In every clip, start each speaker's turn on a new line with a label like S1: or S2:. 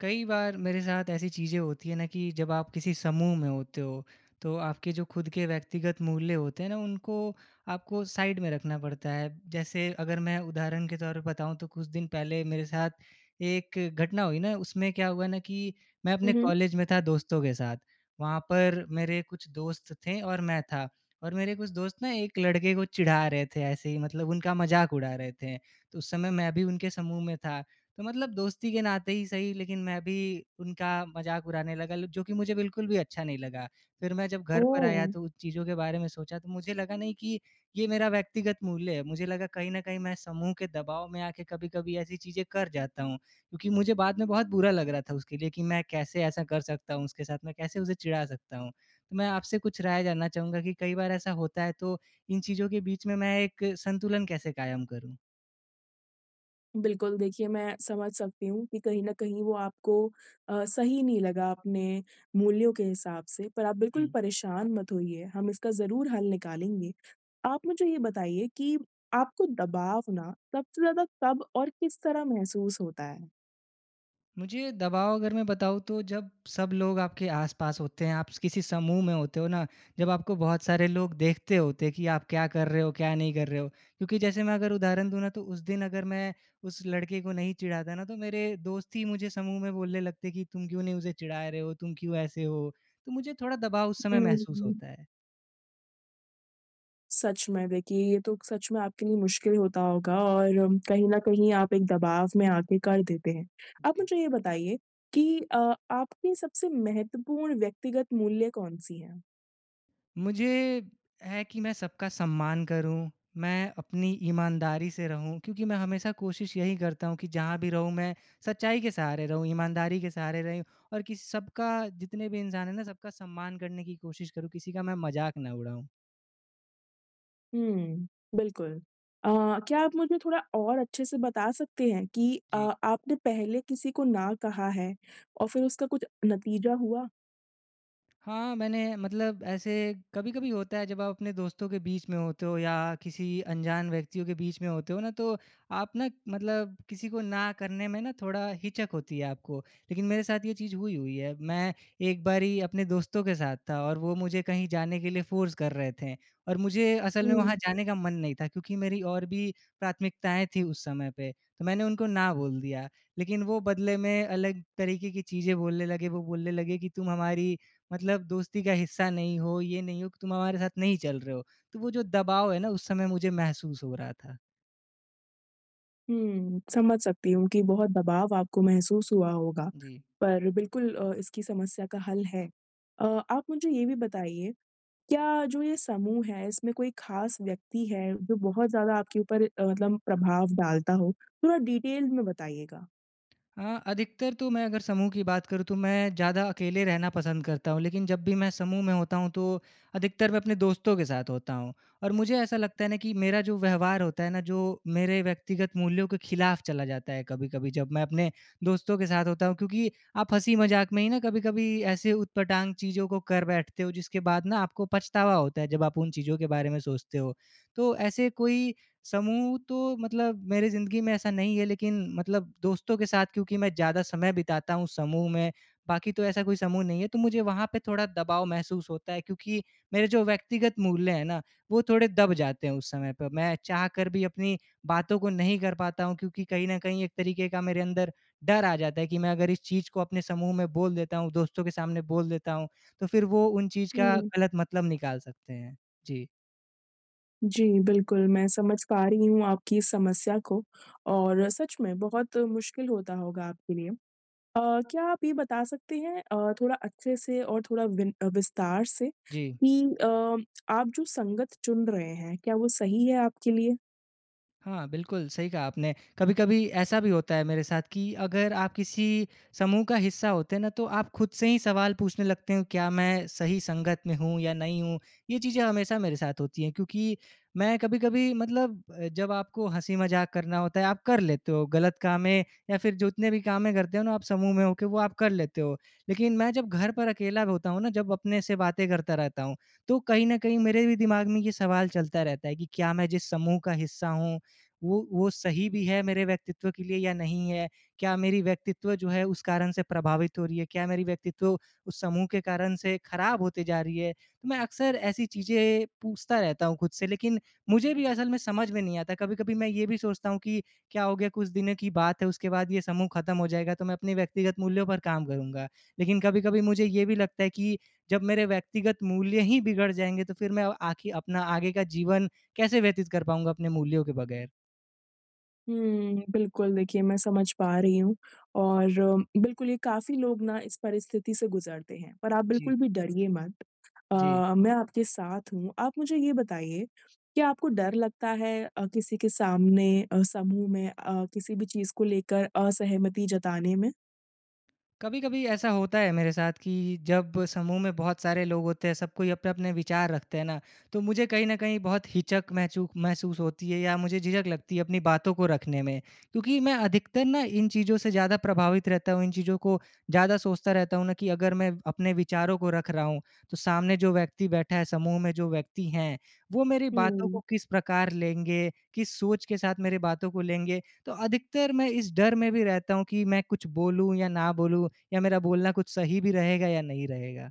S1: कई बार मेरे साथ ऐसी चीज़ें होती है ना कि जब आप किसी समूह में होते हो, तो आपके जो खुद के व्यक्तिगत मूल्य होते हैं ना, उनको आपको साइड में रखना पड़ता है। जैसे अगर मैं उदाहरण के तौर पे बताऊँ तो कुछ दिन पहले मेरे साथ एक घटना हुई ना, उसमें क्या हुआ ना कि मैं
S2: हुँ,
S1: अपने
S2: हुँ।
S1: कॉलेज में था दोस्तों के साथ। वहाँ पर मेरे कुछ दोस्त थे और मैं था, और मेरे कुछ दोस्त ना एक लड़के को चिढ़ा रहे थे, ऐसे ही मतलब उनका मज़ाक उड़ा रहे थे। तो उस समय मैं भी उनके समूह में था। तो मतलब दोस्ती के नाते ही सही, लेकिन मैं भी उनका मज़ाक उड़ाने लगा ल जो कि मुझे बिल्कुल भी अच्छा नहीं लगा। फिर मैं जब घर पर
S2: ओह!
S1: आया तो उन चीज़ों के बारे में सोचा, तो मुझे लगा नहीं कि ये मेरा व्यक्तिगत मूल्य है। मुझे लगा कहीं न कहीं मैं समूह के दबाव में आके कभी-कभी ऐसी चीज़ें कर जाता हूँ। क्योंकि मुझे बाद में बहुत बुरा लग रहा था उसके लिए कि मैं कैसे ऐसा कर सकता हूँ उसके साथ, मैं कैसे उसे चिढ़ा सकता हूँ। तो मैं आपसे कुछ राय जानना चाहूँगा कि कई बार ऐसा होता है, तो इन चीज़ों के बीच में मैं एक संतुलन कैसे कायम करूँ?
S2: बिल्कुल, देखिए मैं समझ सकती हूँ कि कहीं न कहीं वो आपको सही नहीं लगा अपने मूल्यों के हिसाब से, पर आप बिल्कुल
S1: हुँ।
S2: परेशान मत होइए, हम इसका ज़रूर हल निकालेंगे। आप मुझे ये बताइए कि आपको दबाव ना सबसे ज़्यादा कब और किस तरह महसूस होता है?
S1: मुझे दबाव, अगर मैं बताऊँ, तो जब सब लोग आपके आस-पास होते हैं, आप किसी समूह में होते हो ना, जब आपको बहुत सारे लोग देखते होते हैं कि आप क्या कर रहे हो, क्या नहीं कर रहे हो। क्योंकि जैसे मैं अगर उदाहरण दूँ ना, तो उस दिन अगर मैं उस लड़के को नहीं चिढ़ाता ना, तो मेरे दोस्त ही मुझे समूह में बोलने लगते कि तुम क्यों नहीं उसे चिढ़ा रहे हो, तुम क्यों ऐसे हो? तो मुझे थोड़ा दबाव उस समय महसूस
S2: हुँ।
S1: होता है।
S2: सच में देखिए, ये तो सच में आपके लिए मुश्किल होता होगा और कहीं न कहीं आप एक दबाव में आके कर देते हैं। आप
S1: जी।
S2: मुझे ये बताइए कि आपकी सबसे महत्वपूर्ण व्यक्तिगत मूल्य कौन-सी हैं?
S1: मुझे है कि मैं सबका सम्मान करूँ, मैं अपनी ईमानदारी से रहूँ, क्योंकि मैं हमेशा कोशिश यही करता हूँ कि जहाँ भी रहूँ, मैं सच्चाई के सहारे रहूँ, ईमानदारी के सहारे रहूँ, और किसी सबका, जितने भी इंसान हैं ना, सबका सम्मान करने की कोशिश करूँ, किसी का मैं मज़ाक ना उड़ाऊँ।
S2: हुँ, बिल्कुल। अ, क्या आप मुझे थोड़ा और अच्छे से बता सकते हैं कि
S1: जी।
S2: आपने पहले किसी को ना कहा है और फिर उसका कुछ नतीजा हुआ?
S1: हाँ, मैंने मतलब, ऐसे कभी-कभी होता है जब आप अपने दोस्तों के बीच में होते हो, या किसी अनजान व्यक्तियों के बीच में होते हो ना, तो आप ना मतलब किसी को ना करने में ना, थोड़ा हिचक होती है आपको। लेकिन मेरे साथ ये चीज़ हुई हुई है। मैं एक बारी अपने दोस्तों के साथ था, और वो मुझे कहीं जाने के लिए फ़ोर्स कर रहे थे, और मुझे असल में वहाँ हुँ।
S2: हुँ।
S1: जाने का मन नहीं था, क्योंकि मेरी और भी प्राथमिकताएँ थी उस समय पे। तो मैंने उनको ना बोल दिया। लेकिन वो बदले में अलग तरीके की चीज़ें बोलने लगे। वो बोलने लगे कि तुम हमारी मतलब दोस्ती का हिस्सा नहीं हो, ये नहीं हो कि तुम हमारे साथ नहीं चल रहे हो। तो वो जो दबाव है ना, उस समय मुझे महसूस हो रहा था।
S2: हुँ, समझ सकती हूँ कि बहुत दबाव आपको महसूस हुआ होगा,
S1: जी।
S2: पर बिल्कुल इसकी समस्या का हल है। अ, आप मुझे ये भी बताइए, क्या जो ये समूह है, इसमें कोई ख़ास व्यक्ति है, जो बहुत ज़्यादा आपके ऊपर मतलब प्रभाव डालता हो? थोड़ा डिटेल में बताइएगा।
S1: हाँ, अधिकतर, तो मैं अगर समूह की बात करूँ, तो मैं ज़्यादा अकेले रहना पसंद करता हूँ, लेकिन जब भी मैं समूह में होता हूँ, तो अधिकतर मैं अपने दोस्तों के साथ होता हूँ। और मुझे ऐसा लगता है ना कि मेरा जो व्यवहार होता है ना, जो मेरे व्यक्तिगत मूल्यों के खिलाफ चला जाता है कभी-कभी, जब मैं अपने दोस्तों के साथ होता हूँ, क्योंकि आप हँसी-मज़ाक में ही ना, कभी-कभी ऐसे ऊटपटांग चीज़ों को कर बैठते हो, जिसके बाद ना आपको पछतावा होता है जब आप उन चीज़ों के बारे में सोचते हो। तो ऐसे कोई समूह तो मतलब मेरी ज़िंदगी में ऐसा नहीं है, लेकिन मतलब दोस्तों के साथ, क्योंकि मैं ज़्यादा समय बिताता हूँ समूह में, बाकी तो ऐसा कोई समूह नहीं है, तो मुझे वहाँ पे थोड़ा दबाव महसूस होता है, क्योंकि मेरे जो व्यक्तिगत मूल्य हैं ना, वो थोड़े दब जाते हैं उस समय पे। मैं चाह कर भी अपनी बातों को नहीं कर पाता हूँ, क्योंकि कहीं न कहीं एक तरीके का मेरे अंदर डर आ जाता है कि मैं अगर इस चीज़ को अपने समूह में बोल देता हूँ, दोस्तों के सामने बोल देता हूँ, तो फिर वो उन चीज़ का
S2: हुँ।
S1: गलत मतलब निकाल सकते हैं। जी,
S2: जी, बिल्कुल, मैं समझ पा रही हूँ आपकी इस समस्या को और सच में बहुत मुश्किल होता होगा आपके लिए। अ, क्या आप ये बता सकते हैं थोड़ा अच्छे से और थोड़ा विस्तार से
S1: जी।
S2: कि आप जो संगत चुन रहे हैं, क्या वो सही है आपके लिए?
S1: हाँ, बिल्कुल, सही कहा आपने। कभी-कभी ऐसा भी होता है मेरे साथ कि अगर आप किसी समूह का हिस्सा होते हैं ना, तो आप खुद से ही सवाल पूछने लगते हो, क्या मैं सही संगत में हूँ या नहीं हूँ? ये चीज़ें हमेशा मेरे साथ होती हैं, क्योंकि मैं कभी-कभी मतलब जब आपको हँसी-मज़ाक करना होता है, आप कर लेते हो। गलत कामें, या फिर जितने भी कामें करते हो ना, आप समूह में होके, वो आप कर लेते हो। लेकिन मैं जब घर पर अकेला होता हूँ ना, जब अपने से बातें करता रहता हूँ, तो कहीं न कहीं मेरे भी दिमाग में ये सवाल चलता रहता है कि क्या मैं जिस समूह का हिस्सा हूँ वो सही भी है मेरे व्यक्तित्व के लिए, या नहीं है? क्या मेरी व्यक्तित्व जो है, उस कारण से प्रभावित हो रही है? क्या मेरी व्यक्तित्व उस समूह के कारण से खराब होते जा रही है? तो मैं अक्सर ऐसी चीज़ें पूछता रहता हूँ खुद से, लेकिन मुझे भी असल में समझ में नहीं आता। कभी-कभी मैं ये भी सोचता हूँ कि क्या हो गया, कुछ दिनों की बात है, उसके बाद ये समूह खत्म हो जाएगा, तो मैं अपने व्यक्तिगत मूल्यों पर काम करूँगा। लेकिन कभी-कभी मुझे ये भी लगता है कि जब मेरे व्यक्तिगत मूल्य ही बिगड़ जाएँगे, तो फिर मैं आखिर अपना आगे का जीवन कैसे व्यतीत कर पाऊँगा अपने मूल्यों के बगैर?
S2: हुँ, बिल्कुल देखिए मैं समझ पा रही हूँ और बिल्कुल ये काफ़ी लोग ना इस परिस्थिति से गुज़रते हैं, पर आप
S1: जी,
S2: बिल्कुल भी डरिए मत।
S1: जी।
S2: अ, मैं आपके साथ हूँ। आप मुझे ये बताइए, क्या आपको डर लगता है किसी के सामने समूह में किसी भी चीज़ को लेकर असहमति जताने में?
S1: कभी-कभी ऐसा होता है मेरे साथ कि जब समूह में बहुत सारे लोग होते हैं, सब कोई अपने-अपने विचार रखते हैं ना, तो मुझे कहीं न कहीं बहुत हिचक महचू महसूस होती है, या मुझे झिझक लगती है अपनी बातों को रखने में। क्योंकि मैं अधिकतर ना, इन चीज़ों से ज़्यादा प्रभावित रहता हूँ, इन चीज़ों को ज़्यादा सोचता रहता हूँ ना, कि अगर मैं अपने विचारों को रख रहा हूँ, तो सामने जो व्यक्ति बैठा है, समूह में जो व्यक्ति हैं, वो मेरी बातों
S2: हुँ।
S1: को किस प्रकार लेंगे, किस सोच के साथ मेरी बातों को लेंगे। तो अधिकतर मैं इस डर में भी रहता हूँ कि मैं कुछ बोलूँ या ना बोलूँ, या मेरा बोलना कुछ सही भी रहेगा या नहीं रहेगा?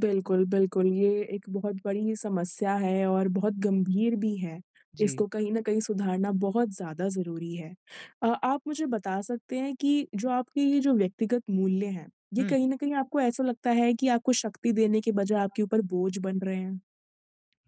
S2: बिल्कुल, बिल्कुल। ये एक बहुत बड़ी समस्या है और बहुत गंभीर भी है।
S1: जी।
S2: इसको कहीं न कहीं सुधारना बहुत ज़्यादा ज़रूरी है। आप मुझे बता सकते हैं कि जो आपके ये जो व्यक्तिगत मूल्य हैं, ये
S1: हुँ।
S2: कहीं न कहीं आपको ऐसा लगता है कि आपको शक्ति देने के बजाय आपके ऊपर बोझ बन रहे हैं?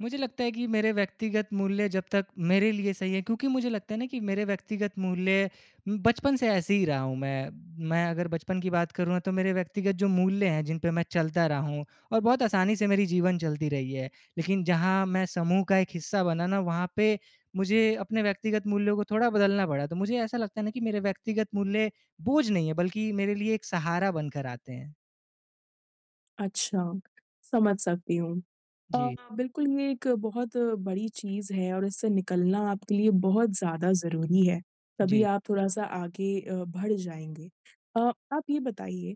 S1: मुझे लगता है कि मेरे व्यक्तिगत मूल्य जब तक मेरे लिए सही है, क्योंकि मुझे लगता है ना कि मेरे व्यक्तिगत मूल्य, बचपन से ऐसे ही रहा हूँ मैं। मैं अगर बचपन की बात करूँ ना, तो मेरे व्यक्तिगत जो मूल्य हैं, जिन पे मैं चलता रहा हूँ, और बहुत आसानी से मेरी जीवन चलती रही है। लेकिन जहाँ मैं समूह का एक हिस्सा बना ना, वहाँ पे मुझे अपने व्यक्तिगत मूल्यों को थोड़ा बदलना पड़ा। तो मुझे ऐसा लगता है ना कि मेरे व्यक्तिगत मूल्य बोझ नहीं है, बल्कि मेरे लिए एक सहारा बनकर आते हैं।
S2: अच्छा, समझ सकती हूँ।
S1: जी,
S2: बिल्कुल ये एक बहुत बड़ी चीज़ है और इससे निकलना आपके लिए बहुत ज़्यादा ज़रूरी है, तभी
S1: जी।
S2: आप थोड़ा-सा आगे बढ़ जाएँगे। अ, आप ये बताइए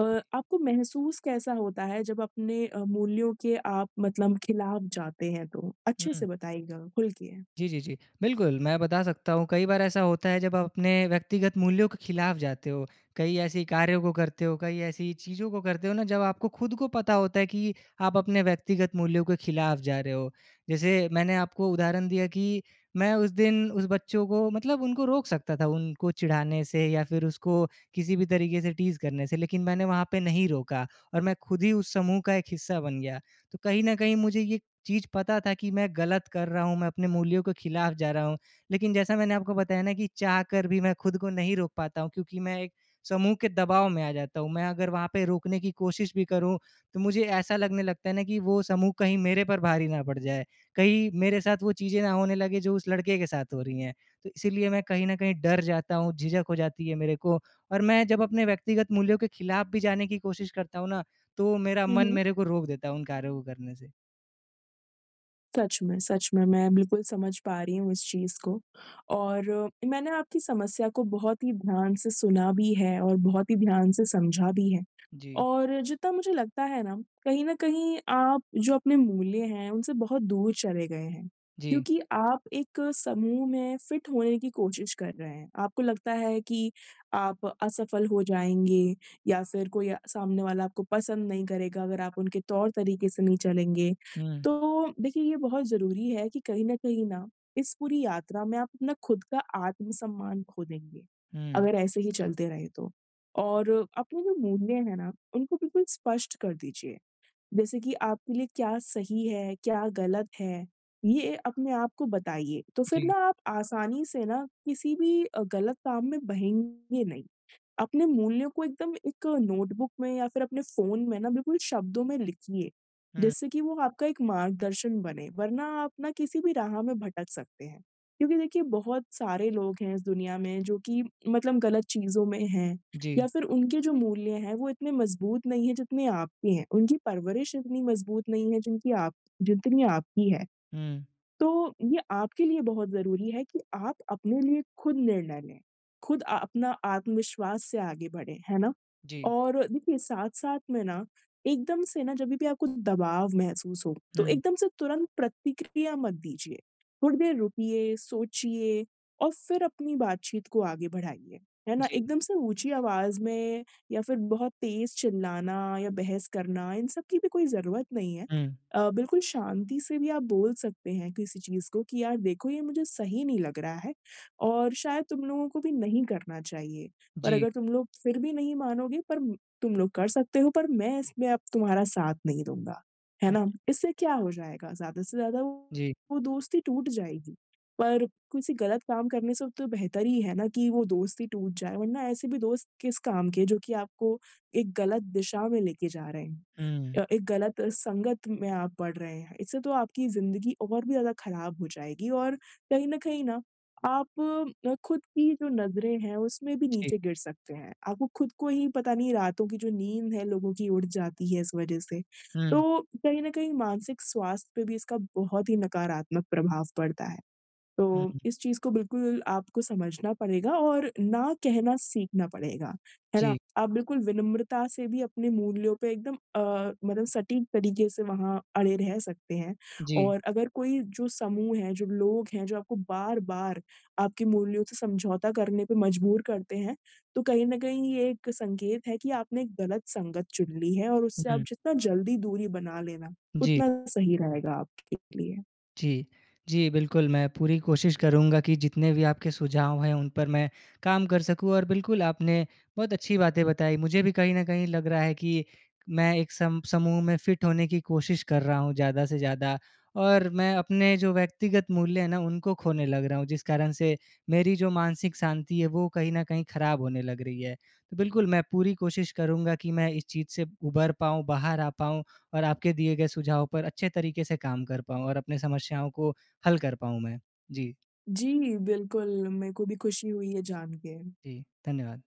S2: अ, आपको महसूस कैसा होता है जब अपने मूल्यों के आप मतलब खिलाफ जाते हैं तो? अच्छे से
S1: हुँ।
S2: बताइएगा, खुल के।
S1: जी, जी, जी। बिल्कुल, मैं बता सकता हूँ, कई बार ऐसा होता है जब आप अपने व्यक्तिगत मूल्यों के खिलाफ जाते हो, कई ऐसी कार्यों को करते हो, कई ऐसी चीज़ों को करते हो ना, जब आपको खुद को पता होता है कि आप अपने व्यक्तिगत मूल्यों के खिलाफ जा रहे हो। जैसे मैंने आपको उदाहरण दिया कि मैं उस दिन उस बच्चों को मतलब उनको रोक सकता था, उनको चिढ़ाने से, या फिर उसको किसी भी तरीके से टीज़ करने से, लेकिन मैंने वहाँ पे नहीं रोका, और मैं खुद ही उस समूह का एक हिस्सा बन गया। तो कहीं न कहीं मुझे ये चीज़ पता था कि मैं गलत कर रहा हूँ, मैं अपने मूल्यों के खिलाफ जा रहा हूँ। लेकिन जैसा मैंने आपको बताया ना कि चाहकर भी मैं खुद को नहीं रोक पाता हूँ, क्योंकि मैं एक समूह के दबाव में आ जाता हूँ। मैं अगर वहाँ पे रोकने की कोशिश भी करूँ, तो मुझे ऐसा लगने लगता है ना कि वो समूह कहीं मेरे पर भारी ना पड़ जाए। कहीं मेरे साथ वो चीज़ें ना होने लगे, जो उस लड़के के साथ हो रही हैं। तो इसीलिए मैं कहीं न कहीं डर जाता हूँ, झिझक हो जाती है मेरे को, और मैं जब अपने व्यक्तिगत मूल्यों के खिलाफ भी जाने की कोशिश करता हूँ ना, तो मेरा
S2: हुँ,
S1: मन
S2: हुँ।
S1: मेरे को रोक देता है उन कार्यों को करने से।
S2: सच में, मैं बिल्कुल समझ पा रही हूँ इस चीज़ को और मैंने आपकी समस्या को बहुत ही ध्यान से सुना भी है और बहुत ही ध्यान से समझा भी है।
S1: जी।
S2: और जितना मुझे लगता है ना, कहीं न कहीं आप जो अपने मूल्य हैं, उनसे बहुत दूर चले गए हैं,
S1: जी।
S2: क्योंकि आप एक समूह में फिट होने की कोशिश कर रहे हैं। आपको लगता है कि आप असफल हो जाएँगे या फिर कोई सामने वाला आपको पसंद नहीं करेगा अगर आप उनके तौर-तरीके से नहीं चलेंगे।
S1: हुँ,
S2: तो देखिए, ये बहुत ज़रूरी है कि कहीं न कहीं ना, इस पूरी यात्रा में आप अपना खुद का आत्मसम्मान खो देंगे,
S1: हुँ,
S2: अगर ऐसे ही चलते रहे तो। और अपने जो मूल्य हैं ना, उनको बिल्कुल स्पष्ट कर दीजिए। जैसे कि आपके लिए क्या सही है, क्या गलत है, ये अपने आप को बताइए। तो फिर
S1: जी,
S2: ना आप आसानी से ना किसी भी गलत काम में बहेंगे नहीं। अपने मूल्यों को एकदम एक नोटबुक में या फिर अपने फ़ोन में ना बिल्कुल शब्दों में लिखिए,
S1: हुँ,
S2: जिससे कि वो आपका एक मार्गदर्शन बने, वरना आप ना किसी भी राह में भटक सकते हैं। क्योंकि देखिए बहुत सारे लोग हैं इस दुनिया में जो कि मतलब गलत चीज़ों में हैं
S1: जी,
S2: या फिर उनके जो मूल्य हैं वो इतने मज़बूत नहीं है जितने आपके हैं। उनकी परवरिश इतनी मज़बूत नहीं है जिनकी आप जितनी आपकी है।
S1: हुँ,
S2: तो ये आपके लिए बहुत ज़रूरी है कि आप अपने लिए खुद निर्णय लें, खुद अपना आत्मविश्वास से आगे बढ़ें, है ना?
S1: जी,
S2: और देखिए साथ-साथ में ना एकदम से ना जभी भी आपको दबाव महसूस हो, तो
S1: हुँ,
S2: एकदम से तुरंत प्रतिक्रिया मत दीजिए। थोड़ी देर रुकिए, सोचिए और फिर अपनी बातचीत को आगे बढ़ाइए, है ना?
S1: जी,
S2: एकदम से ऊँची आवाज़ में या फिर बहुत तेज़ चिल्लाना या बहस करना, इन सब की भी कोई ज़रूरत नहीं है।
S1: हुँ,
S2: बिल्कुल शांति से भी आप बोल सकते हैं किसी चीज़ को कि यार देखो ये मुझे सही नहीं लग रहा है और शायद तुम लोगों को भी नहीं करना चाहिए। पर
S1: जी,
S2: अगर तुम लोग फिर भी नहीं मानोगे तुम लोग कर सकते हो पर मैं इसमें अब तुम्हारा साथ नहीं दूँगा। है
S1: हुँ,
S2: ना? इससे क्या हो जाएगा? ज़्यादा से ज़्यादा वो
S1: जी,
S2: वो दोस्ती टूट जाएगी। पर किसी गलत काम करने से तो बेहतर ही है ना कि वो दोस्ती टूट जाए वरना ऐसे भी दोस्त किस काम के जो कि आपको एक गलत दिशा में लेके जा रहे हैं।
S1: हुँ,
S2: एक गलत संगत में आप पड़ रहे हैं। इससे तो आपकी ज़िंदगी और भी ज़्यादा खराब हो जाएगी और कहीं न कहीं ना आप खुद की जो नज़रें हैं उसमें भी
S1: जी,
S2: नीचे गिर सकते हैं। आपको खुद को ही पता नहीं रातों की जो नींद है लोगों की उड़ जाती है इस वज़ह से।
S1: हुँ,
S2: तो कहीं न कहीं मानसिक स्वास्थ्य पे भी इसका बहुत ही नकारात्मक प्रभाव पड़ता है।
S1: हुँ,
S2: तो इस चीज़ को बिल्कुल आपको समझना पड़ेगा और ना कहना सीखना पड़ेगा, है ना?
S1: जी,
S2: आप बिल्कुल विनम्रता से भी अपने मूल्यों पे एकदम मतलब सटीक तरीके से वहाँ अड़े रह सकते हैं
S1: जी,
S2: और अगर कोई जो समूह है, जो लोग हैं, जो आपको बार-बार आपके मूल्यों से समझौता करने पे मजबूर करते हैं, तो कहीं न कहीं ये एक संकेत है कि आपने एक गलत संगत चुन ली है और उससे आप
S1: हुँ,
S2: जितना जल्दी दूरी बना लेना,
S1: जी।
S2: उतना सही रहेगा आपके लिए।
S1: जी। जी, बिल्कुल, मैं पूरी कोशिश करूँगा कि जितने भी आपके सुझाव हैं, उन पर मैं काम कर सकूँ, और बिल्कुल, आपने बहुत अच्छी बातें बताई। मुझे भी कहीं न कहीं लग रहा है कि मैं एक सम समूह में फ़िट होने की कोशिश कर रहा हूँ, ज़्यादा से ज़्यादा, और मैं अपने जो व्यक्तिगत मूल्य हैं ना, उनको खोने लग रहा हूँ, जिस कारण से मेरी जो मानसिक शांति है, वो कहीं न कहीं ख़राब होने लग रही है। तो बिल्कुल, मैं पूरी कोशिश करूँगा कि मैं इस चीज़ से उभर पाऊँ, बाहर आ पाऊँ। और आपके दिए गए सुझाव पर अच्छे तरीके से काम कर पाऊँ, और अपनी समस्याओं को हल कर पाऊँ मैं। जी,
S2: जी, बिल्कुल, मेरे को भी खुशी हुई है जान के।
S1: जी, धन्यवाद।